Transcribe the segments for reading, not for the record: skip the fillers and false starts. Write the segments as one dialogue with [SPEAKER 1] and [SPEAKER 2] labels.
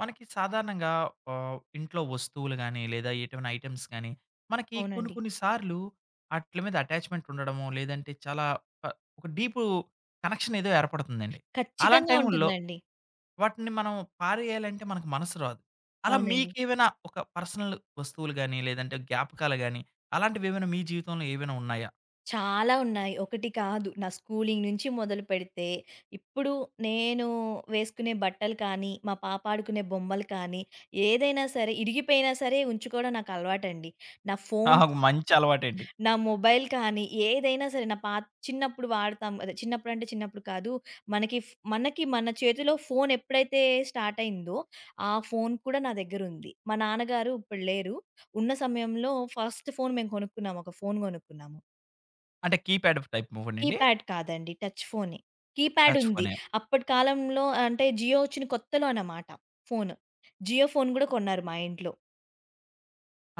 [SPEAKER 1] మనకి సాధారణంగా ఇంట్లో వస్తువులు గాని, లేదా ఎటువంటి ఐటెమ్స్ గాని, మనకి కొన్ని
[SPEAKER 2] అవునండి.
[SPEAKER 1] కొన్ని సార్లు ఆటిల మీద అటాచ్‌మెంట్ ఉండడమో, లేదంటే చాలా ప ఒక డీపు కనెక్షన్ ఏదో ఏర్పడుతుందండి. అలాంటి
[SPEAKER 2] ఖచ్చితంగా
[SPEAKER 1] టైముల్లో
[SPEAKER 2] ఉంటుందండి.
[SPEAKER 1] వాటిని మనం పారేయాలంటే మనకు మనసు రాదు. అలా
[SPEAKER 2] అవునండి.
[SPEAKER 1] మీకేమైనా ఒక పర్సనల్ వస్తువులు గాని, లేదంటే జ్ఞాపకాలు గాని, అలాంటివి ఏమైనా మీ జీవితంలో ఏవైనా ఉన్నాయా?
[SPEAKER 2] చాలా ఉన్నాయి. ఒకటి కాదు. నా స్కూలింగ్ నుంచి మొదలుపెడితే, ఇప్పుడు నేను వేసుకునే బట్టలు కానీ, మా పాప ఆడుకునే బొమ్మలు కానీ, ఏదైనా సరే ఇరిగిపోయినా సరే ఉంచుకోవడం నాకు అలవాటండి. నా ఫోన్స్
[SPEAKER 1] ఒక మంచి అలవాటండి.
[SPEAKER 2] నా మొబైల్ కానీ, ఏదైనా సరే నా పాత చిన్నప్పుడు వాడతాం అదే చిన్నప్పుడంటే చిన్నప్పుడు కాదు. మనకి మనకి మన చేతిలో ఫోన్ ఎప్పుడైతే స్టార్ట్ అయిందో, ఆ ఫోన్ కూడా నా దగ్గరుంది. మా నాన్నగారు ఇప్పుడు లేరు. ఉన్న సమయంలో ఫస్ట్ ఫోన్ మేము కొనుక్కున్నాము. ఒక ఫోన్ కొనుక్కున్నాము.
[SPEAKER 1] అంటే కీప్యాడ్ టైప్ ఫోనండి?
[SPEAKER 2] కీప్యాడ్ కాదండి. టచ్ ఫోనే. కీప్యాడ్
[SPEAKER 1] టచ్
[SPEAKER 2] ఉంది.
[SPEAKER 1] ఫోనే.
[SPEAKER 2] అప్పటి కాలంలో అంటే జియో వచ్చిన కొత్తలో అన్నమాట ఫోను. జియో ఫోన్ కూడా కొన్నారు మా ఇంట్లో.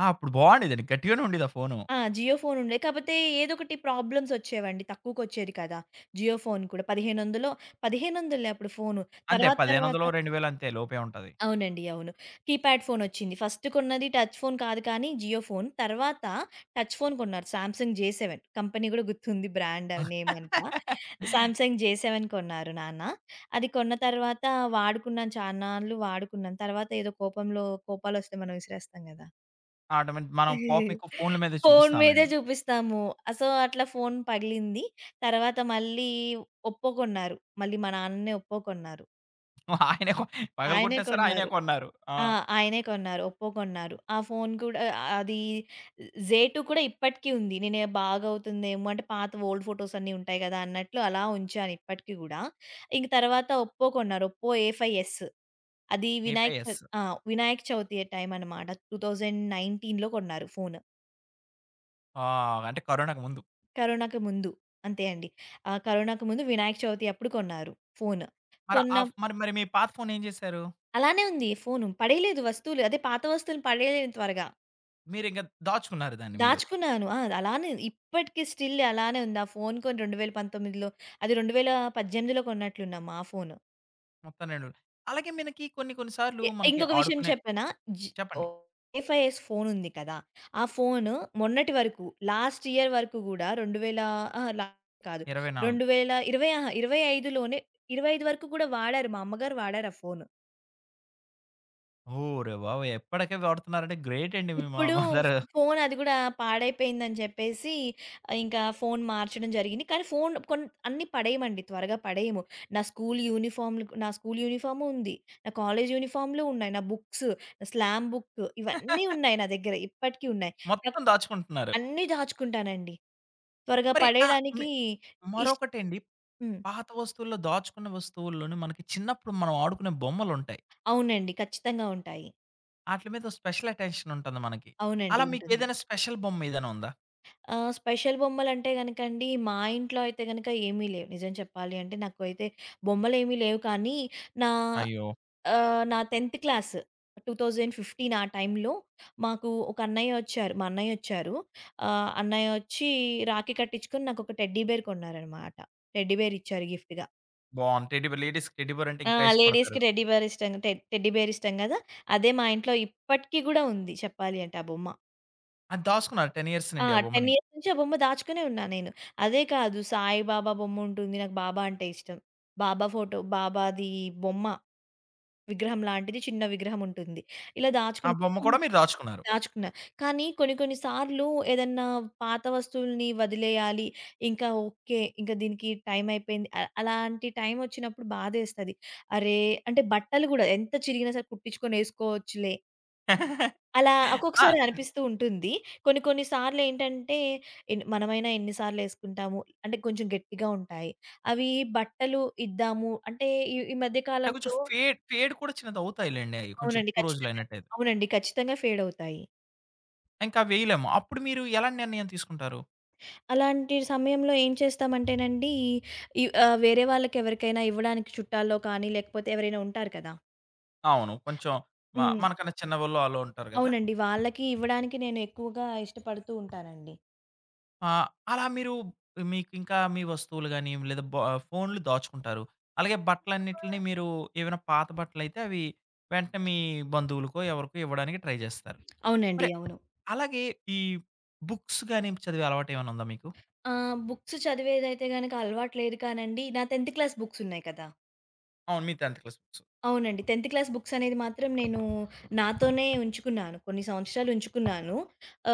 [SPEAKER 1] ఆ! అప్పుడు బావుండేదండి. గట్టిగానే ఉండేది ఆ ఫోను.
[SPEAKER 2] ఆ! జియో ఫోన్ ఉండే. కాపోతే ఏదోకటి ప్రాబ్లమ్స్ వచ్చేవండి. తక్కువకొచ్చేది కదా! జియో ఫోన్ కూడా 1500లో 1500లే అప్పుడు ఫోను.
[SPEAKER 1] అంతే
[SPEAKER 2] తర్వాత తర్వాత
[SPEAKER 1] 1,500 2,000 అంతే లోపే ఉంటది.
[SPEAKER 2] అవునండి. అవును. కీప్యాడ్ ఫోనొచ్చింది. ఫస్ట్ కొన్నది టచ్ ఫోన్ కాదు కానీ జియో ఫోన్. తర్వాత టచ్ ఫోన్ కొన్నారు. Samsung J seven. కంపెనీ కూడా గుర్తుంది బ్రాండ్ నేమ్ అంతా. సామ్‌సంగ్ జే సెవెన్ కొన్నారు నాన్న. అది కొన్న తర్వాత వాడుకున్నాను చాన్నాళ్ళు వాడుకున్నాను. తర్వాత ఏదో కోపంలో కోపాలొస్తే మనం విసిరేస్తాం కదా!
[SPEAKER 1] ఆటోమేట్ మనం కోపం ఎక్కువ ఫోన్‌ల మీదే
[SPEAKER 2] ఫోను మీదే
[SPEAKER 1] చూపిస్తాంలెండి.
[SPEAKER 2] చూపిస్తాము. సో, అట్లా ఫోను పగిలింది. తర్వాత మళ్ళీ ఒప్పో కొన్నారు. మళ్ళీ మా నాన్ననే ఒప్పో కొన్నారు.
[SPEAKER 1] ఆయనే కొ
[SPEAKER 2] ఆయనే
[SPEAKER 1] పగలగొట్టినా సరే ఆయనే
[SPEAKER 2] కొన్నారు.
[SPEAKER 1] కొన్నారు. ఆ!
[SPEAKER 2] ఆ! ఆయనే కొన్నారు. ఒప్పో కొన్నారు. ఆ ఫోను కూడా అది జేటూ కూడా ఇప్పటికి ఉంది. నేనే బాగవుతుందేమో అంటే పాత ఓల్డ్ ఫోటోస్ అన్నీ ఉంటాయి గదా! అన్నట్లు అలా ఉంచాను ఇప్పటికి గూడా. ఇంక తర్వాత ఒప్పో కొన్నారు. Oppo A5S. అది వినాయక చ
[SPEAKER 1] ఏపీఎస్.
[SPEAKER 2] ఆ! వినాయక చవితి టైం అన్నమాట. 2019లో కొన్నారు ఫోను.
[SPEAKER 1] ఆ! అంటే కరోనాకు ముందు.
[SPEAKER 2] కరోనాకి ముందు. అంతే అండి. కరోనాకి ముందు వినాయక చవితి అప్పుడు కొన్నారు ఫోను.
[SPEAKER 1] మరి ఆ
[SPEAKER 2] కొన్నాం.
[SPEAKER 1] ఫ్ మరి మరి మీ పాత ఫోన్ ఏం చేశారు?
[SPEAKER 2] అలానే ఉంది ఫోను. పడేయలేదు వస్తువులు. అదే పాత వస్తువులు పడేయలేను త్వరగా.
[SPEAKER 1] మీరింక దాచుకున్నారు దాన్ని మీరు.
[SPEAKER 2] దాచుకున్నాను. ఆ! అలానే ఇప్పటికి స్టిల్ అలానే ఉంది. ఆ ఫోను కొని 2019లో అది 2018లో కొన్నట్లున్నాం ఆ ఫోను.
[SPEAKER 1] మొత్తం 2 అలాగే మనకి కొన్ని కొన్ని సార్లు మనకి
[SPEAKER 2] ఇంకొక విషయం
[SPEAKER 1] ఆడుకునే
[SPEAKER 2] చెప్పనా? జి
[SPEAKER 1] చెప్పండి.
[SPEAKER 2] OFIS ఫోనుంది కదా! ఆ ఫోను మొన్నటి వరకు లాస్ట్ ఇయర్ వరకు గూడా 2000 అహా! లా కాదు.
[SPEAKER 1] 24
[SPEAKER 2] 2020 ఆహా! 25 లోనే 25 వరకు కూడా వాడారు. మా అమ్మగారు వాడారు ఆ ఫోను.
[SPEAKER 1] ఓరే బాబోయ్! ఎప్పటికే వాడుతున్నారంటే గ్రేట్ అండి మీ
[SPEAKER 2] ఇప్పుడు
[SPEAKER 1] మదరు.
[SPEAKER 2] ఫోన్ అది గూడా పాడైపోయిందని జెప్పేసి ఇంకా ఫోన్ మార్చడం జరిగింది. కానీ ఫోన్ కొన్ అన్నీ పడేయమండి. త్వరగా పడేయము. నా స్కూల్ యూనిఫార్మ్‌లు నా స్కూల్ యూనిఫార్మ్ ఉంది. నా కాలేజ్ యూనిఫార్మ్‌లు ఉన్నాయి. నా బుక్స్, నా స్లామ్ బుక్ ఇవన్నీ ఉన్నాయి నా దగ్గర. ఇప్పటికి ఉన్నాయి. నాకు
[SPEAKER 1] మొత్తం దాచుకుంటున్నారు.
[SPEAKER 2] అన్నీ దాచుకుంటానండి. త్వరగా
[SPEAKER 1] మరి ఆ! మి
[SPEAKER 2] పడేయడానికి ఇష్
[SPEAKER 1] మరొకటండి
[SPEAKER 2] హ్మ్.
[SPEAKER 1] పాత వస్తువుల్లో దాచుకున్న వస్తువుల్లోనే మనకి చిన్నప్పుడు మనం ఆడుకునే బొమ్మలుంటాయి.
[SPEAKER 2] అవునండి. ఖచ్చితంగా ఉంటాయి.
[SPEAKER 1] ఆటిల మీద స్పెషల్ అటెన్షన్ ఉంటుంది మనకి.
[SPEAKER 2] అవునండి.
[SPEAKER 1] అలా
[SPEAKER 2] ఉంటుంది.
[SPEAKER 1] మీకేదైనా స్పెషల్ బొమ్మ ఏదైనా ఉందా?
[SPEAKER 2] ఆ! స్పెషల్ బొమ్మలంటే గనకండి, మా ఇంట్లో అయితే గనక ఏమీ లేవు. నిజం చెప్పాలి అంటే, నాకు అయితే బొమ్మలేమీ లేవు కానీ, నా
[SPEAKER 1] అయ్యో!
[SPEAKER 2] నా 10th క్లాస్ 2015 ఆ టైంలో మాకు ఒక అన్నయ్య వచ్చారు. మా అన్నయ్య వచ్చారు. అన్నయ్య వచ్చి రాఖీ కట్టించుకొని నాకొక టెడ్డీ బేర్ కొన్నారనమాట. టెడ్డీ బేర్ ఇచ్చారు గిఫ్ట్‌గా.
[SPEAKER 1] బావుంది. టెడ్డీ బేర్ లేడీస్‌కి టెడ్డీ బేర్ అంటే
[SPEAKER 2] ఆ!
[SPEAKER 1] ఇంకా ఇష్టపడతారు.
[SPEAKER 2] లేడీస్‌కి టెడ్డీ బేర్ ఇష్టం. టెడ్డీ బేర్ ఇష్టం గదా! అదే మా ఇంట్లో ఇప్పటికి గూడా ఉంది చెప్పాలి అంటే ఆ బొమ్మ.
[SPEAKER 1] అది దాసుకున్నారు 10 ఇయర్స్
[SPEAKER 2] ఆ!
[SPEAKER 1] నుండి ఆ బొమ్మని.
[SPEAKER 2] 10 ఇయర్స్ నుంచి ఆ బొమ్మ దాచుకునే ఉన్నా నేను. అదే కాదు సాయిబాబా బొమ్ముంటుంది. నాకు బాబా అంటే ఇష్టం. బాబా ఫోటో బాబాది బొమ్మ విగ్రహం లాంటిది చిన్న విగ్రహం ఉంటుంది. ఇలా
[SPEAKER 1] ఆ
[SPEAKER 2] దాచుకున్
[SPEAKER 1] బొమ్మ
[SPEAKER 2] కొన్
[SPEAKER 1] కూడా మీరు దాచుకున్నారు.
[SPEAKER 2] దాచుకున్నా. కానీ కొన్ని కొన్ని సార్లు ఏదన్నా పాత వస్తువుల్ని వదిలేయాలి. ఇంకా ఓకే. ఇంకా దీనికి టైం అయిపోయింది. అలాంటి టైం వచ్చినప్పుడు బాధేస్తది. అరే! అంటే బట్టలు గూడా ఎంత చిరిగినా సరే కుట్టించుకొని ఏసుకోవచ్చులే. అలా
[SPEAKER 1] ఆ!
[SPEAKER 2] ఒక్కొక్కసారి అనిపిస్తూ ఉంటుంది. కొన్ని కొన్ని సార్లేంటంటే మనమైనా ఎన్ని సార్లేసుకుంటాము. అంటే కొంచెం గట్టిగా ఉంటాయి. అవి బట్టలు ఇద్దాము అంటే ఈ ఈ మధ్య
[SPEAKER 1] అంటే కొంచెం
[SPEAKER 2] కాలంలో
[SPEAKER 1] ఫేడ్ ఫేడ్ కూడా చిన్నది అవుతాయిలెండి అయి. కొంచెం
[SPEAKER 2] అవునండి.
[SPEAKER 1] ఎక్కువ
[SPEAKER 2] ఖచ్చితంగా.
[SPEAKER 1] రోజులైనట్టయితే.
[SPEAKER 2] అవునండి. ఖచ్చితంగా ఫేడవుతాయి.
[SPEAKER 1] ఇంకా అవి వేయలేము. అప్పుడు మీరు ఎలాంటి నిర్ణయం తీసుకుంటారు?
[SPEAKER 2] అలాంటి సమయంలో ఏం చేస్తామంటేనండి వేరే వాళ్ళకెవరికైనా ఇవ్వడానికి చుట్టాల్లో కానీ లేకపోతే ఎవరైనా ఉంటారు కదా!
[SPEAKER 1] అవును. కొంచెం
[SPEAKER 2] హ్మ్.
[SPEAKER 1] మనకన్నా చిన్నవాళ్ళు అలా ఉంటారు గదా!
[SPEAKER 2] అవునండి. వాళ్ళకి ఇవ్వడానికి నేను ఎక్కువగా ఇష్టపడుతూ ఉంటానండి.
[SPEAKER 1] ఆ! అలా మీరు మీకింకా మీ వస్తువులు గాని, లేదా బ ఫోన్‌లు దాచుకుంటారు. అలాగే బట్టలన్నిటిని మీరు ఏవైనా పాత బట్టలైతే అవి వెంటనే మీ బంధువులకో, ఎవరికో ఇవ్వడానికి ట్రై జేస్తారు. మరి
[SPEAKER 2] అవునండి. అవును.
[SPEAKER 1] అలాగే ఈ బుక్స్ గాని చదివే అలవాటేమైనా ఉందా మీకు?
[SPEAKER 2] ఆ! బుక్స్ చదివేదైతే గనక అలవాటు లేదు కానండి. నా 10థ్ క్లాస్ బుక్స్ ఉన్నాయి కదా!
[SPEAKER 1] అవును. మీ 10థ్ క్లాస్ బుక్స్.
[SPEAKER 2] అవునండి. 10th క్లాస్ బుక్స్ అనేది మాత్రం నేను నాతోనే ఉంచుకున్నాను. కొన్ని సంవత్సరాలు ఉంచుకున్నాను.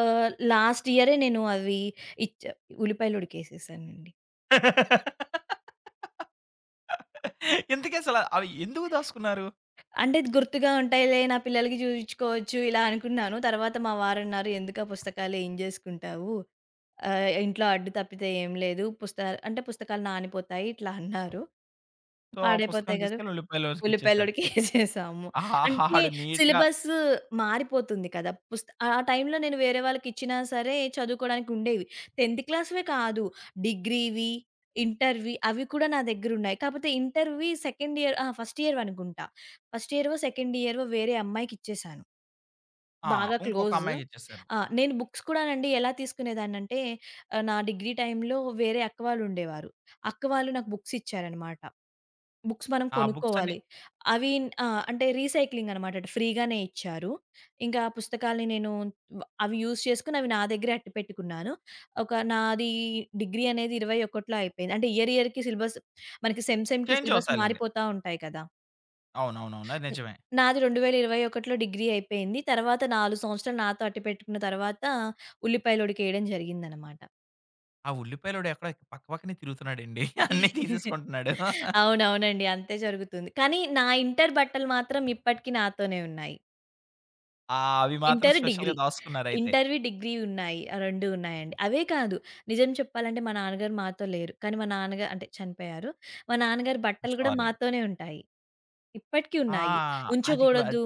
[SPEAKER 2] లాస్ట్ ఇయరే నేను అవి ఇచ్చ ఉల్లిపాయలు ఉడికేసేసానండి.
[SPEAKER 1] ఇంతకసల అవి ఎందుకు దాసుకున్నారు?
[SPEAKER 2] అంటే ఇది గుర్తుగా ఉంటాయిలే నా పిల్లలకి చూయించుకోవచ్చు ఇలా అనుకున్నాను. తర్వాత మా వారన్నారు, "ఎందుకా పుస్తకాలు ఏం జేసుకుంటావు? ఇంట్లో అడ్డు తప్పితే ఏం లేదు. పుస్తకాలు అంటే పుస్తకాలు నానిపోతాయి" ఇట్లా అన్నారు.
[SPEAKER 1] సో, ఆ పుస్తకాలు
[SPEAKER 2] పాడైపోతాయి గదా!
[SPEAKER 1] తీసుకెళ్ళి ఉల్లిపాయలోకి ఇచ్చేసారు.
[SPEAKER 2] ఉల్లిపాయలోడికే ఏసేసాము.
[SPEAKER 1] ఆహా!
[SPEAKER 2] అంటే
[SPEAKER 1] ఆడు నీట్‌గా
[SPEAKER 2] సిలబస్ మారిపోతుంది కదా! ఆ టైంలో నేను వేరే వాళ్ళకిచ్చినా సరే చదువుకోడానికి ఉండేవి. 10థ్ క్లాస్‌వే కాదు డిగ్రీవి, ఇంటర్‌వి అవి కూడా నా దగ్గరున్నాయి. కాపోతే ఇంటర్‌వి సెకండ్ ఇయర్ ఆ! ఫస్ట్ ఇయర్‌వి అనుకుంటా. ఫస్ట్ ఇయర్‌వో, సెకండ్ ఇయర్‌వో వేరే అమ్మాయికిచ్చేసాను.
[SPEAKER 1] ఆ!
[SPEAKER 2] బాగా
[SPEAKER 1] ఇంకొక
[SPEAKER 2] క్లోజ్.
[SPEAKER 1] అమ్మాయికిచ్చేసారు.
[SPEAKER 2] ఆ! నేను బుక్స్ కూడానండి ఎలా తీసుకునేదాన్నంటే నా డిగ్రీ టైంలో వేరే అక్క వాళ్ళుండేవారు. అక్క వాళ్ళు నాకు బుక్సిచ్చారనమాట. బుక్స్ మనం
[SPEAKER 1] ఆ బుక్స్ అన్ని
[SPEAKER 2] కొనుక్కోవాలి. అవి ఆ! అంటే రీసైక్లింగ్ అనమాట. అటు ఫ్రీగానే ఇచ్చారు. ఇంకా ఆ పుస్తకాల్ని నేను అవి యూజ్ చేసుకొని అవి నా దగ్గరే అట్టు పెట్టుకున్నాను. ఒక నాది డిగ్రీ అనేది 21లో అయిపోయింది. అంటే ఇయర్‌కి సిలబస్ మనకి సెమ్‌కి
[SPEAKER 1] చేంజ్
[SPEAKER 2] సిలబస్
[SPEAKER 1] అవుతాయిలెండి.
[SPEAKER 2] మారిపోతా ఉంటాయి కదా!
[SPEAKER 1] అవునవునవును. అది
[SPEAKER 2] న్
[SPEAKER 1] నిజమే.
[SPEAKER 2] నాది 2021లో డిగ్రీ అయిపోయింది. తర్వాత 4 సంవత్సరాలు నాతో అట్టు పెట్టుకున్న తర్వాత ఉల్లిపాయలొడికేయడం జరిగిందనమాట.
[SPEAKER 1] ఆ ఉల్లిపాయలోడు ఎక్కడో పక్కనే తిరుగుతున్నాడండి. అన్నీ తీసేసుకుంటున్నాడు.
[SPEAKER 2] అవునవునండి. అంతే జరుగుతుంది. కానీ నా ఇంటర్ బట్టలు మాత్రం ఇప్పటికి నాతోనే ఉన్నాయి.
[SPEAKER 1] ఆ! అవి మాత్రం
[SPEAKER 2] ఇంటర్,
[SPEAKER 1] స్పెషల్‌గా
[SPEAKER 2] డిగ్రీ.
[SPEAKER 1] దాసుకున్నారయితే.
[SPEAKER 2] ఇంటర్‌వి, డిగ్రీ ఉన్నాయి. ఆ 2 ఉన్నాయండి. అవే కాదు నిజం చెప్పాలంటే మా నాన్నగారు మాతో లేరు. కానీ మా నాన్నగారు అంటే చనిపోయారు. మా నాన్నగారి బట్టలు గూడా
[SPEAKER 1] సారీ అండి.
[SPEAKER 2] మాతోనే ఉంటాయి. ఇప్పటికి
[SPEAKER 1] ఆ!
[SPEAKER 2] ఉన్నాయి.
[SPEAKER 1] అది వ అది-
[SPEAKER 2] ఉంచగూడదు,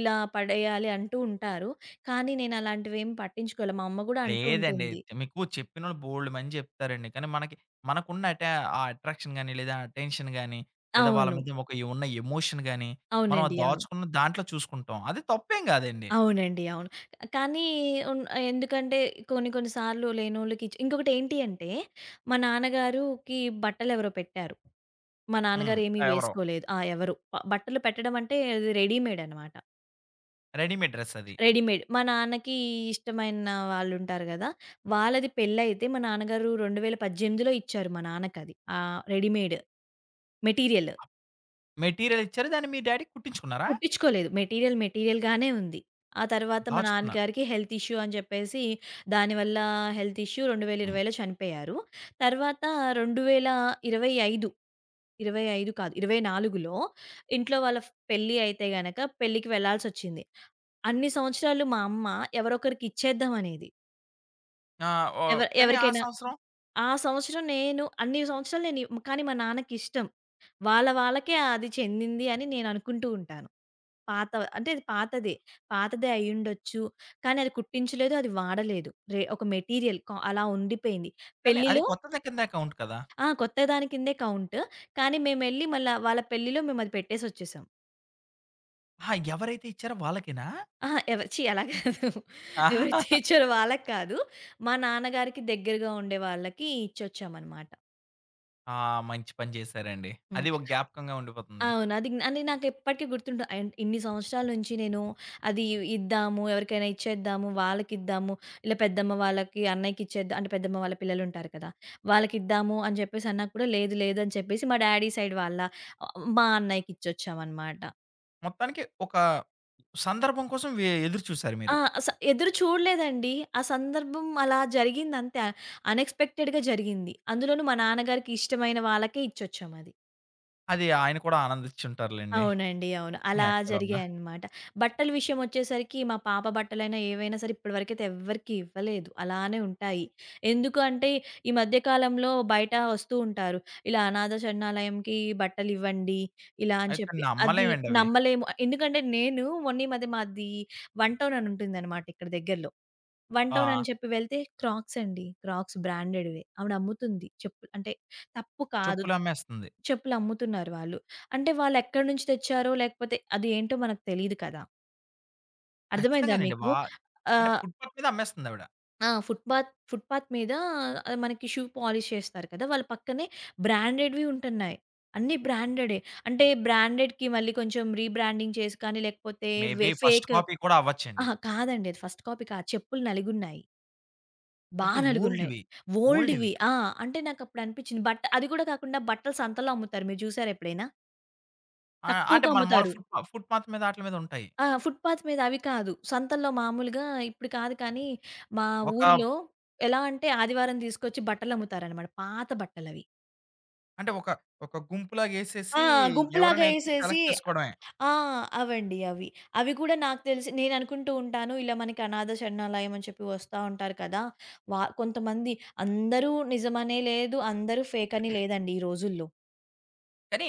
[SPEAKER 2] ఇలా పడేయాలి అంటూ ఉంటారు. కానీ నేను అలాంటివేమి పట్టించుకోలే. మా అమ్మ గూడా అంటూ
[SPEAKER 1] లేదండి.
[SPEAKER 2] ఉంటుంది.
[SPEAKER 1] మీకు చెప్పినోళ్ళు బోలెడు మంది చెప్తారండి. కానీ మనకి మనకున్న అట ఆ అట్రాక్షన్ గాని, లేదా అటెన్షన్ గాని, లేదా వాళ్ళ
[SPEAKER 2] అవును.
[SPEAKER 1] మీద ఒక ఉన్న ఎమోషన్ గాని, మనం అది
[SPEAKER 2] అవునండి. అవును.
[SPEAKER 1] దాచుకున్న దాంట్లో చూసుకుంటాం. అది తప్పేం గాదండి.
[SPEAKER 2] అవునండి. అవును. కానీ ఉన్ ఎందుకంటే కొన్ని కొన్ని సార్లు లేనోళ్ళకి ఇంకొకటి ఏంటి అంటే మా నాన్నగారుకి బట్టలెవరో పెట్టారు. మా
[SPEAKER 1] హ్మ్.
[SPEAKER 2] నాన్నగారేమి
[SPEAKER 1] ఎవరో
[SPEAKER 2] వేసుకోలేదు. ఆ! ఎవరు. బట్టలు పెట్టడం అంటే అది రెడీమేడ్ అనమాట.
[SPEAKER 1] రెడీమేడ్ డ్రెస్ అది.
[SPEAKER 2] రెడీమేడ్. మా నాన్నకి ఇష్టమైన వాళ్ళుంటారు గదా! వాళ్ళది పెళ్ళైతే మా నాన్నగారు 2018లో ఇచ్చారు మా నాన్నకది. Readymade material.
[SPEAKER 1] మెటీరియల్ ఇచ్చారు. దాన్ని మీ డ్యాడీకి కుట్టించుకున్నారా?
[SPEAKER 2] కుట్టించుకోలేదు. మెటీరియల్‌గానే ఉంది. ఆ తర్వాత మా
[SPEAKER 1] దాచుకున్నారు.
[SPEAKER 2] నాన్నగారికి హెల్త్ ఇష్యూ అని జెప్పేసి దానివల్ల హెల్త్ ఇష్యూ 2020లో చనిపోయారు. తర్వాత 2025 25 కాదు, 24లో ఇంట్లో వాళ్ళ పెళ్లి అయితే గనక పెళ్ళికి వెళ్ళాల్సొచ్చింది. అన్ని సంవత్సరాలు మా అమ్మ ఎవరొకరికి ఇచ్చేద్దాం అనేది.
[SPEAKER 1] ఆ! ఓహ్! కానీ ఆ
[SPEAKER 2] ఎవరికైనా
[SPEAKER 1] సంవత్సరం
[SPEAKER 2] ఆ సంవత్సరం నేను అన్ని సంవత్సరాలు నేను కానీ మా నాన్నకిష్టం. వాళ్ళ వాళ్ళకే అది చెందింది అని నేననుకుంటూ ఉంటాను. పాత అంటే అది పాతదే. పాతదే అయ్యుండొచ్చు. కానీ అది కుట్టించలేదు, అది వాడలేదు. ఒక మెటీరియల్ అలా ఉండిపోయింది.
[SPEAKER 1] కానీ అది
[SPEAKER 2] పెళ్లిలో
[SPEAKER 1] కొత్తది కింద అకౌంట్ కదా!
[SPEAKER 2] ఆ! కొత్త దాని కిందే కౌంట్. కానీ మేమెళ్లి మళ్ళా వాళ్ళ పెళ్లిలో మేమది పెట్టేసొచ్చేసాం.
[SPEAKER 1] ఆహా! ఎవరైతే ఇచ్చారో వాళ్ళకేనా?
[SPEAKER 2] అహా! ఛీ! అలా కాదు. ఎవరి
[SPEAKER 1] ఆహా,
[SPEAKER 2] టీచర్ వాళ్ళకి కాదు. మా నాన్నగారికి దగ్గరగా ఉండే వాళ్ళకి ఇచ్చొచ్చామనమాట.
[SPEAKER 1] ఆ! మంచి పని చేశారండి. అది
[SPEAKER 2] హ్మ్.
[SPEAKER 1] ఒక జ్ఞాపకంగా ఉండిపోతుంది.
[SPEAKER 2] అవును. అది అది నాకెప్పటికి గుర్తుంటుంది. అండ్ ఇన్ని సంవత్సరాల నుంచి నేను అది ఇద్దాము, ఎవరికైనా ఇచ్చేద్దాము, వాళ్ళకిద్దాము, ఇలా పెద్దమ్మ వాళ్ళకి, అన్నయ్యకిచ్చేద్దాం అంటే పెద్దమ్మ వాళ్ళ పిల్లలుంటారు కదా! వాళ్ళకిద్దాము అని చెప్పేసి అన్నా కూడా లేదు, లేదు అని చెప్పేసి మా డ్యాడీ సైడ్ వాళ్ళ మా అన్నయ్యకిచ్చొచ్చామనమాట.
[SPEAKER 1] మొత్తానికి ఒక సందర్భం కోసం ఎదురు చూసారు మీరు.
[SPEAKER 2] ఆ! ఎదురు చూడలేదండి. ఆ సందర్భం అలా జరిగిందంతే. అన్‌ఎక్స్‌పెక్టెడ్‌గా జరిగింది. అందులోనూ మా నాన్నగారికి ఇష్టమైన వాళ్ళకే ఇచ్చొచ్చామది.
[SPEAKER 1] అది ఆయన కూడా ఆనందించుంటారులెండి.
[SPEAKER 2] అవునండి. అవును. అలా
[SPEAKER 1] ఎక్కడున్నా.
[SPEAKER 2] జరిగాయన్నమాట. బట్టల విషయమొచ్చేసరికి మా పాప బట్టలైనా, ఏవైనా సరే ఇప్పటి వరకైతే ఎవ్వరికీ ఇవ్వలేదు. అలానే ఉంటాయి. ఎందుకు అంటే ఈ మధ్య కాలంలో బయట వస్తూ ఉంటారు. ఇలా అనాథ శరణాలయంకి బట్టలివ్వండి ఇలా అని
[SPEAKER 1] అవి కానీ
[SPEAKER 2] చెప్పి. అది
[SPEAKER 1] నమ్మలేమండి అవి.
[SPEAKER 2] నమ్మలేము. ఎందుకంటే నేను మొన్న ఈ మధ్య మాది వన్ టౌన్ అని ఉంటుందన్నమాట ఇక్కడ దగ్గరలో. వన్
[SPEAKER 1] ఆ!
[SPEAKER 2] టౌన్ అని చెప్పి వెళ్తే క్రాక్స్ అండి. క్రాక్స్ బ్రాండెడ్‌వే. ఆవిడమ్ముతుంది. చెప్పులు అంటే తప్పు కాదు.
[SPEAKER 1] చెప్పులు అమ్మేస్తుంది.
[SPEAKER 2] చెప్పులమ్ముతున్నారు వాళ్ళు. అంటే వాళ్ళెక్కడి నుంచి తెచ్చారో లేకపోతే అది ఏంటో మనకు తెలీదు కదా! అర్థమైందా
[SPEAKER 1] ఖచ్చితంగానండి.
[SPEAKER 2] మీకు?
[SPEAKER 1] వా అంటే
[SPEAKER 2] ఆహ్,
[SPEAKER 1] ఫుట్‌పాత్ మీద అమ్మేస్తుందావిడ.
[SPEAKER 2] ఆ! ఫుట్‌పాత్ ఫుట్‌పాత్ మీద మనకి షూ పాలిష్ చేస్తారు కదా! వాళ్ళ పక్కనే బ్రాండెడ్‌వి ఉంటున్నాయి. అన్నీ బ్రాండెడే. అంటే బ్రాండెడ్‌కి మళ్ళీ కొంచెం రీబ్రాండింగ్ చేసి కానీ లేకపోతే వె
[SPEAKER 1] మేబీ ఫస్ట్
[SPEAKER 2] ఫేక్
[SPEAKER 1] కాపీ కూడా అవ్వచ్చండి.
[SPEAKER 2] అహా! కాదండి. అది ఫస్ట్ కాపీ కాదు. చెప్పులు నలిగున్నాయి.
[SPEAKER 1] ఓకే.
[SPEAKER 2] నలుగున్నాయి.
[SPEAKER 1] ఓల్డ్‌వి. ఓల్డ్‌వి.
[SPEAKER 2] ఓల్డ్‌వి. ఆ! అంటే నాకప్పుడు అనిపిచ్చింది. అది కూడా కాకుండా బట్టలు సంతల్లో అమ్ముతారు. మీరు చూసారా ఎప్పుడైనా?
[SPEAKER 1] ఆ! అంటే
[SPEAKER 2] తక్కువకి
[SPEAKER 1] మన మాములు
[SPEAKER 2] అమ్ముతారు.
[SPEAKER 1] ఫుట్‌పాత్ మీద ఆటిల మీద ఉంటాయి.
[SPEAKER 2] ఆ! ఫుట్‌పాత్ మీద అవి కాదు. సంతల్లో మామూలుగా ఇప్పుడు కాదు కానీ, మా
[SPEAKER 1] ఒక
[SPEAKER 2] ఊరిలో ఎలా అంటే ఆదివారం తీసుకొచ్చి బట్టలమ్ముతారనమాట. పాత బట్టలవి.
[SPEAKER 1] అంటే ఒక, ఒక
[SPEAKER 2] ఆ!
[SPEAKER 1] గుంపులాగేసేసి
[SPEAKER 2] గుంపులాగా
[SPEAKER 1] ఎవరైనా వచ్చి
[SPEAKER 2] ఏసేసి
[SPEAKER 1] సెలెక్ట్ చేసుకోవడమే.
[SPEAKER 2] ఆ! అవండి అవి. అవి కూడా నాకు తెలిసి నేననుకుంటూ ఉంటాను, ఇలా మనకి అనాథ శరణాలయం అని చెప్పి వస్తా ఉంటారు కదా! కొంతమంది అందరూ నిజమనే లేదు, అందరూ ఫేకని లేదండి ఈ రోజుల్లో.
[SPEAKER 1] కానీ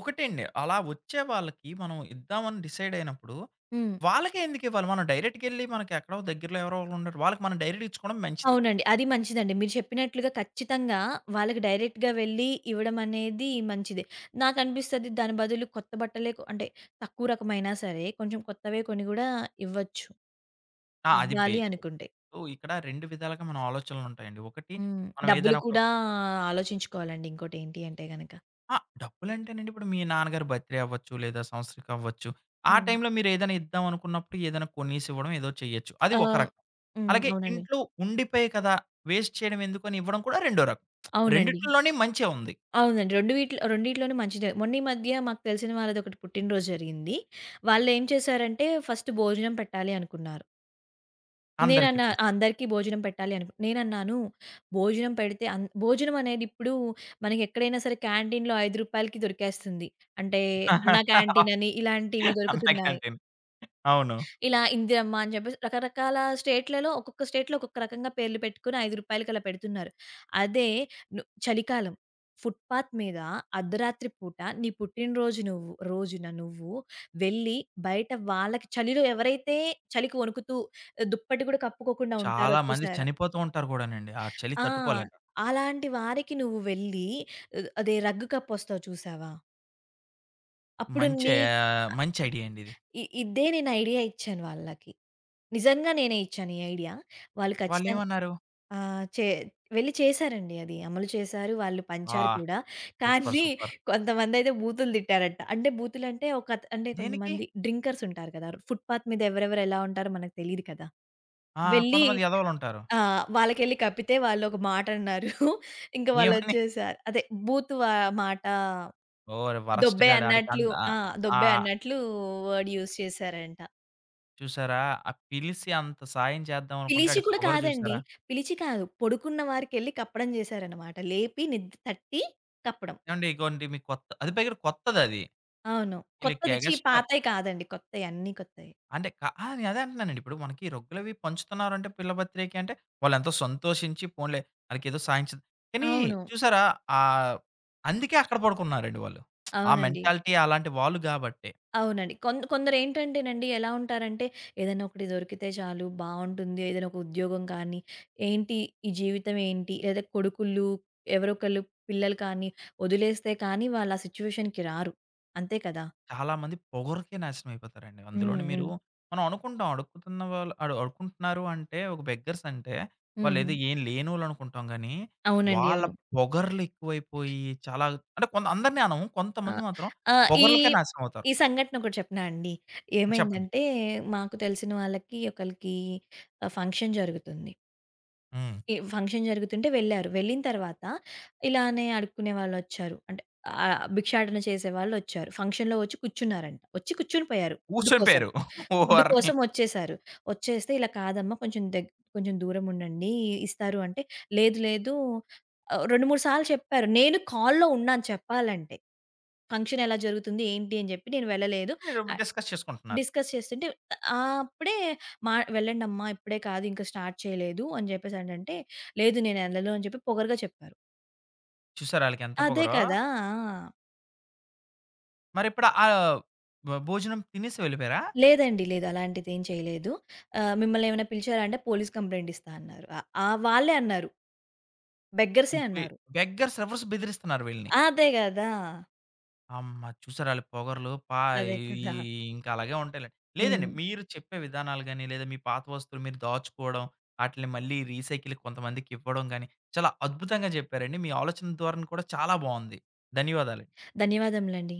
[SPEAKER 1] ఒకటండి అలా వచ్చే వాళ్ళకి మనం ఇద్దామని డిసైడ్ అయినప్పుడు,
[SPEAKER 2] హ్మ్.
[SPEAKER 1] వాళ్ళకే ఎందుకివ్వాలి? మనం డైరెక్ట్‌గెళ్లి మనకి ఎక్కడో దగ్గరలో ఎవరో ఒకళ్ళుంటారు. వాళ్ళకి మనం డైరెక్ట్ ఇచ్చుకోవడం మంచిది.
[SPEAKER 2] అవునండి. అది మంచిదండి. మీరు చెప్పినట్లుగా ఖచ్చితంగా వాళ్ళకి డైరెక్ట్‌గా వెళ్ళి ఇవ్వడం అనేది మంచిదే. నాకనిపిస్తది దాని బదులు కొత్త బట్టలే అంటే తక్కువ రకమైనా సరే కొంచెం కొత్తవే కొన్ని గూడా ఇవ్వచ్చు.
[SPEAKER 1] ఆ! అది బే
[SPEAKER 2] ఇవ్వాలి అనుకుంటే.
[SPEAKER 1] సో, ఇక్కడ 2 విధాలుగా మన ఆలోచనలుంటాయండి. ఒకటి
[SPEAKER 2] హ్మ్.
[SPEAKER 1] మనం
[SPEAKER 2] డబ్బులు
[SPEAKER 1] ఏదైనా ఒక
[SPEAKER 2] కూడా ఆలోచించుకోవాలండి ఇంకోటేంటి అంటే గనక.
[SPEAKER 1] ఆ! డబ్బులంటేనండి ఇప్పుడు మీ నాన్నగారి బర్త్‌డే అవ్వచ్చు, లేదా సంవత్సరికం అవ్వచ్చు. ఆ
[SPEAKER 2] హ్మ్.
[SPEAKER 1] టైంలో మీరేదైనా ఇద్దాం అనుకున్నప్పుడు ఏదైనా కొనేసివ్వడం ఏదో చేయొచ్చు. అది ఒక
[SPEAKER 2] ఆహ్,
[SPEAKER 1] రకం.
[SPEAKER 2] హ్మ్.
[SPEAKER 1] అలాగే
[SPEAKER 2] అవునండి.
[SPEAKER 1] ఇంట్లో ఉండిపోయాయి కదా! వేస్ట్ చేయడం ఎందుకని ఇవ్వడం కూడా రెండో రకం.
[SPEAKER 2] అవునండి.
[SPEAKER 1] రెండిట్లోని మంచే ఉంది.
[SPEAKER 2] అవునండి. 2 వీటిలో రెండిట్లోనూ మంచిదే. మొన్న ఈ మధ్య మాకు తెలిసిన వాళ్ళదొకటి పుట్టినరోజు జరిగింది. వాళ్ళేం చేశారంటే ఫస్ట్ భోజనం పెట్టాలి అనుకున్నారు.
[SPEAKER 1] అందరికీ
[SPEAKER 2] నేనన్నా
[SPEAKER 1] పిలిసి.
[SPEAKER 2] అందరికీ భోజనం పెట్టాలి అనుకు నేనన్నాను భోజనం పెడితే భోజనం అనేది ఇప్పుడు మనకెక్కడైనా సరే క్యాంటీన్‌లో ₹5కి దొరికేస్తుంది. అంటే అన్నా క్యాంటీన్ అని ఇలాంటివి
[SPEAKER 1] అన్నా
[SPEAKER 2] దొరుకుతున్నాయి.
[SPEAKER 1] క్యాంటీన్. అవును.
[SPEAKER 2] ఇలా ఇందిరమ్మ అని చెప్పేసి రకరకాల స్టేట్‌లలో ఒక్కొక్క స్టేట్‌లో ఒక్కొక్క రకంగా పేర్లు పెట్టుకొని ₹5కి అలా పెడుతున్నారు. అదే చలికాలం ఫుట్‌పాత్ మీద అర్ధరాత్రి పూట నీ పుట్టినరోజు నువ్వు రోజున నువ్వు వెళ్ళి బయట వాళ్ళకి చలిలో ఎవరైతే చలికి వణుకుతూ ఆ, దుప్పటి కూడా కప్పుకోకుండా ఉంటారో
[SPEAKER 1] చాలా మంది
[SPEAKER 2] చూసారా?
[SPEAKER 1] చనిపోతూ ఉంటారు కూడానండి. ఆ చలి
[SPEAKER 2] ఆ!
[SPEAKER 1] తట్టుకోలేక.
[SPEAKER 2] అలాంటి వారికి నువ్వు వెళ్ళి ఆ, అదే రగ్గు కప్పోస్తావు చూసావా? అప్పుడు
[SPEAKER 1] మంచి
[SPEAKER 2] నీ
[SPEAKER 1] మంచి ఐడియా అండి ఇది.
[SPEAKER 2] ఇదే నేను ఐడియా ఇచ్చాను వాళ్ళకి. నిజంగా నేనే ఇచ్చాను ఈ ఐడియా. వాళ్ళు ఖచ్చితంగా
[SPEAKER 1] వాళ్ళేమన్నారు?
[SPEAKER 2] ఆహ్, చే వెళ్లి చేశారండి అది. అమలు చేశారు. వాళ్ళు
[SPEAKER 1] "ఆ!
[SPEAKER 2] పంచారు కూడా.
[SPEAKER 1] సూపర్.
[SPEAKER 2] కానీ
[SPEAKER 1] సూపర్."
[SPEAKER 2] కొంతమందయితే బూతులు తిట్టారట. అంటే బూతులంటే ఒక అత అంటే
[SPEAKER 1] దేనికి?
[SPEAKER 2] కొంతమంది డ్రింకర్స్ ఉంటారు కదా! ఫుట్‌పాత్ మీద ఎవరెవరు ఎలా ఉంటారో మనకు తెలీదు కదా!
[SPEAKER 1] ఆ!
[SPEAKER 2] వెళ్లి
[SPEAKER 1] కొంతమంది ఎదవలుంటారు.
[SPEAKER 2] ఆ! వాళ్ళకెళ్లి కప్పితే వాళ్ళొక మాటన్నారు. ఇంక
[SPEAKER 1] ఏమని
[SPEAKER 2] వాళ్ళొచ్చేసారు. అదే బూత్ వా మాట
[SPEAKER 1] ఓరి! వరస్ట్
[SPEAKER 2] దొబ్బే
[SPEAKER 1] గాడు.
[SPEAKER 2] అన్నట్లు ఆ! దొబ్బే
[SPEAKER 1] ఆహ్,
[SPEAKER 2] అన్నట్లు వర్డ్ యూజ్ చేశారంట.
[SPEAKER 1] చూసారా? ఆ పిలిసి అంత సాయం చేద్దాం అనుకుంటే
[SPEAKER 2] పిలిచి
[SPEAKER 1] ఆడి
[SPEAKER 2] కూడా
[SPEAKER 1] పొగరు
[SPEAKER 2] కాదండి.
[SPEAKER 1] చూసారా?
[SPEAKER 2] పిలిచి కాదు. పడుకున్న వారికెళ్ళి కప్పడం చేశారనమాట. లేపి తట్టి కప్పడం.
[SPEAKER 1] ఏవండీ ఇగోండి మీకు కొత్త అది పైగా కొత్తదది.
[SPEAKER 2] అవును.
[SPEAKER 1] ఈళ్ళకి
[SPEAKER 2] కొత్తది ఛీ!
[SPEAKER 1] ఎగస్ట్రా
[SPEAKER 2] పాతయి కాదండి. కొత్తయి. అన్నీ కొత్తయి.
[SPEAKER 1] అంటే క ఆ! నేను అదే అంటున్నానండి. ఇప్పుడు మనకి రొగ్గులవి పంచుతున్నారంటే పిల్ల బర్త్‌డేకి అంటే వాళ్ళెంతో సంతోషించి పోన్లే ఆళ్ళకేదో సాయం చేద్ కానీ
[SPEAKER 2] అవును.
[SPEAKER 1] చూసారా? ఆహ్, అందుకే అక్కడ పడుకున్నారండి వాళ్ళు. ఆ
[SPEAKER 2] అవునండి.
[SPEAKER 1] మెంటాలిటీ అలాంటి వాళ్ళు గాబట్టే.
[SPEAKER 2] అవునండి. కొందరేంటంటేనండి ఎలా ఉంటారంటే, ఏదైనా ఒకటి దొరికితే చాలు బావుంటుంది. ఏదైనా ఒక ఉద్యోగం కానీ, ఏంటి ఈ జీవితం ఏంటి? లేదా కొడుకులు ఎవరొకళ్ళు పిల్లలు కానీ వదిలేస్తే కానీ వాళ్ళు ఆ సిట్యుయేషన్‌కి రారు. అంతే కదా!
[SPEAKER 1] చాలామంది పొగరుకే నాశనం అయిపోతారండి.
[SPEAKER 2] హ్మ్.
[SPEAKER 1] అందులోని మీరు
[SPEAKER 2] హ్మ్.
[SPEAKER 1] మనం అనుకుంటాం అడుక్కుతున్న వాళ్ళు అడుక్కుంటున్నారు అంటే ఒక బెగ్గర్స్ అంటే వాళ్ళేదో
[SPEAKER 2] హ్మ్.
[SPEAKER 1] ఏం లేనోళ్ళు అనుకుంటాం గానీ,
[SPEAKER 2] అవునండి.
[SPEAKER 1] వాళ్ళ
[SPEAKER 2] అవును.
[SPEAKER 1] పొగర్లు ఎక్కువైపోయి చాలా అంటే కొంత అందరిని అనం.
[SPEAKER 2] ఆ!
[SPEAKER 1] కొంతమంది మాత్రం
[SPEAKER 2] ఆహ్, ఈ,
[SPEAKER 1] పొగర్లకే నాశనం అవుతారు.
[SPEAKER 2] ఈ సంఘటన ఒకటి చెప్పనా అండి.
[SPEAKER 1] చెప్పండి.
[SPEAKER 2] ఏమైందంటే మాకు తెలిసిన వాళ్ళకి ఒకళ్ళకి ఫంక్షన్ జరుగుతుంది.
[SPEAKER 1] హ్మ్.
[SPEAKER 2] ఈ ఫంక్షన్ జరుగుతుంటే వెళ్ళారు. వెళ్ళిన తర్వాత ఇలానే అడుక్కునే వాళ్ళొచ్చారు. అంటే భిక్షాటన చేసేవాళ్ళొచ్చారు. ఫంక్షన్‌లో వచ్చి కూర్చున్నారంట. వచ్చి కూర్చొని పోయారు ఫుడ్
[SPEAKER 1] కూర్చొని
[SPEAKER 2] కోసం.
[SPEAKER 1] పోయారు.
[SPEAKER 2] ఫుడ్
[SPEAKER 1] ఓర్ని
[SPEAKER 2] కోసం వచ్చేసారు. వచ్చేస్తే ఇలా కాదమ్మా కొంచెం దూరం ఉండండి ఇస్తారు అంటే లేదు లేదు 2, 3 సార్లు చెప్పారు. నేను కాల్‌లో ఉన్నాను చెప్పాలంటే. ఫంక్షన్ ఎలా జరుగుతుంది? ఏంటి? అని జెప్పి నేను వెళ్ళలేదు.
[SPEAKER 1] మీరు
[SPEAKER 2] ఆహ్,
[SPEAKER 1] డిస్కస్ చేసుకుంటున్నారు.
[SPEAKER 2] డిస్కస్ చేస్తుంటే అప్పుడే మా "వెళ్ళండమ్మా ఇప్పుడే కాదు ఇంకా స్టార్ట్ చేయలేదు" అని జెప్పేసనంటే, "లేదు నేనెళ్ళను" అని చెప్పి పొగరుగా చెప్పారు.
[SPEAKER 1] చూసారా ఆళ్ళకెంత
[SPEAKER 2] అదే
[SPEAKER 1] పొగరో.
[SPEAKER 2] కదా! ఆ!
[SPEAKER 1] మరిప్పుడు భోజనం తినేసి వెళ్ళిపోయారా?
[SPEAKER 2] లేదండి. లేదు. అలాంటిదేం చేయలేదు. "మిమ్మల్ని ఏమైనా పిలిచారా?" అంటే, "పోలీస్ కంప్లెయింట్ ఇస్తా" అన్నారు. ఆ! వాళ్ళే అన్నారు. బెగ్గర్సే
[SPEAKER 1] ఇప్పె
[SPEAKER 2] అన్నారు.
[SPEAKER 1] బెగ్గర్స్ రివర్స్ బెదిరిస్తున్నారు వీళ్ళని.
[SPEAKER 2] అదే గదా!
[SPEAKER 1] అమ్మ! చూసారా ఆళ్ళ పొగరులు పా
[SPEAKER 2] అదే
[SPEAKER 1] ఈ
[SPEAKER 2] కదా!
[SPEAKER 1] ఇంకా అలాగే ఉంటాయిలెండి. లేదండి
[SPEAKER 2] హ్మ్.
[SPEAKER 1] మీరు చెప్పే విధానాలు గాని, లేదా మీ పాత వస్తువులు మీరు దాచుకోవడం, ఆటిల్ని మళ్ళీ రీసైకిల్ కొంతమందికివ్వడం గాని, చాలా అద్భుతంగా చెప్పారండి. మీ ఆలోచన ధోరణి కూడా చాలా బావుంది. ధన్యవాదాలు.
[SPEAKER 2] ధన్యవాదములండి.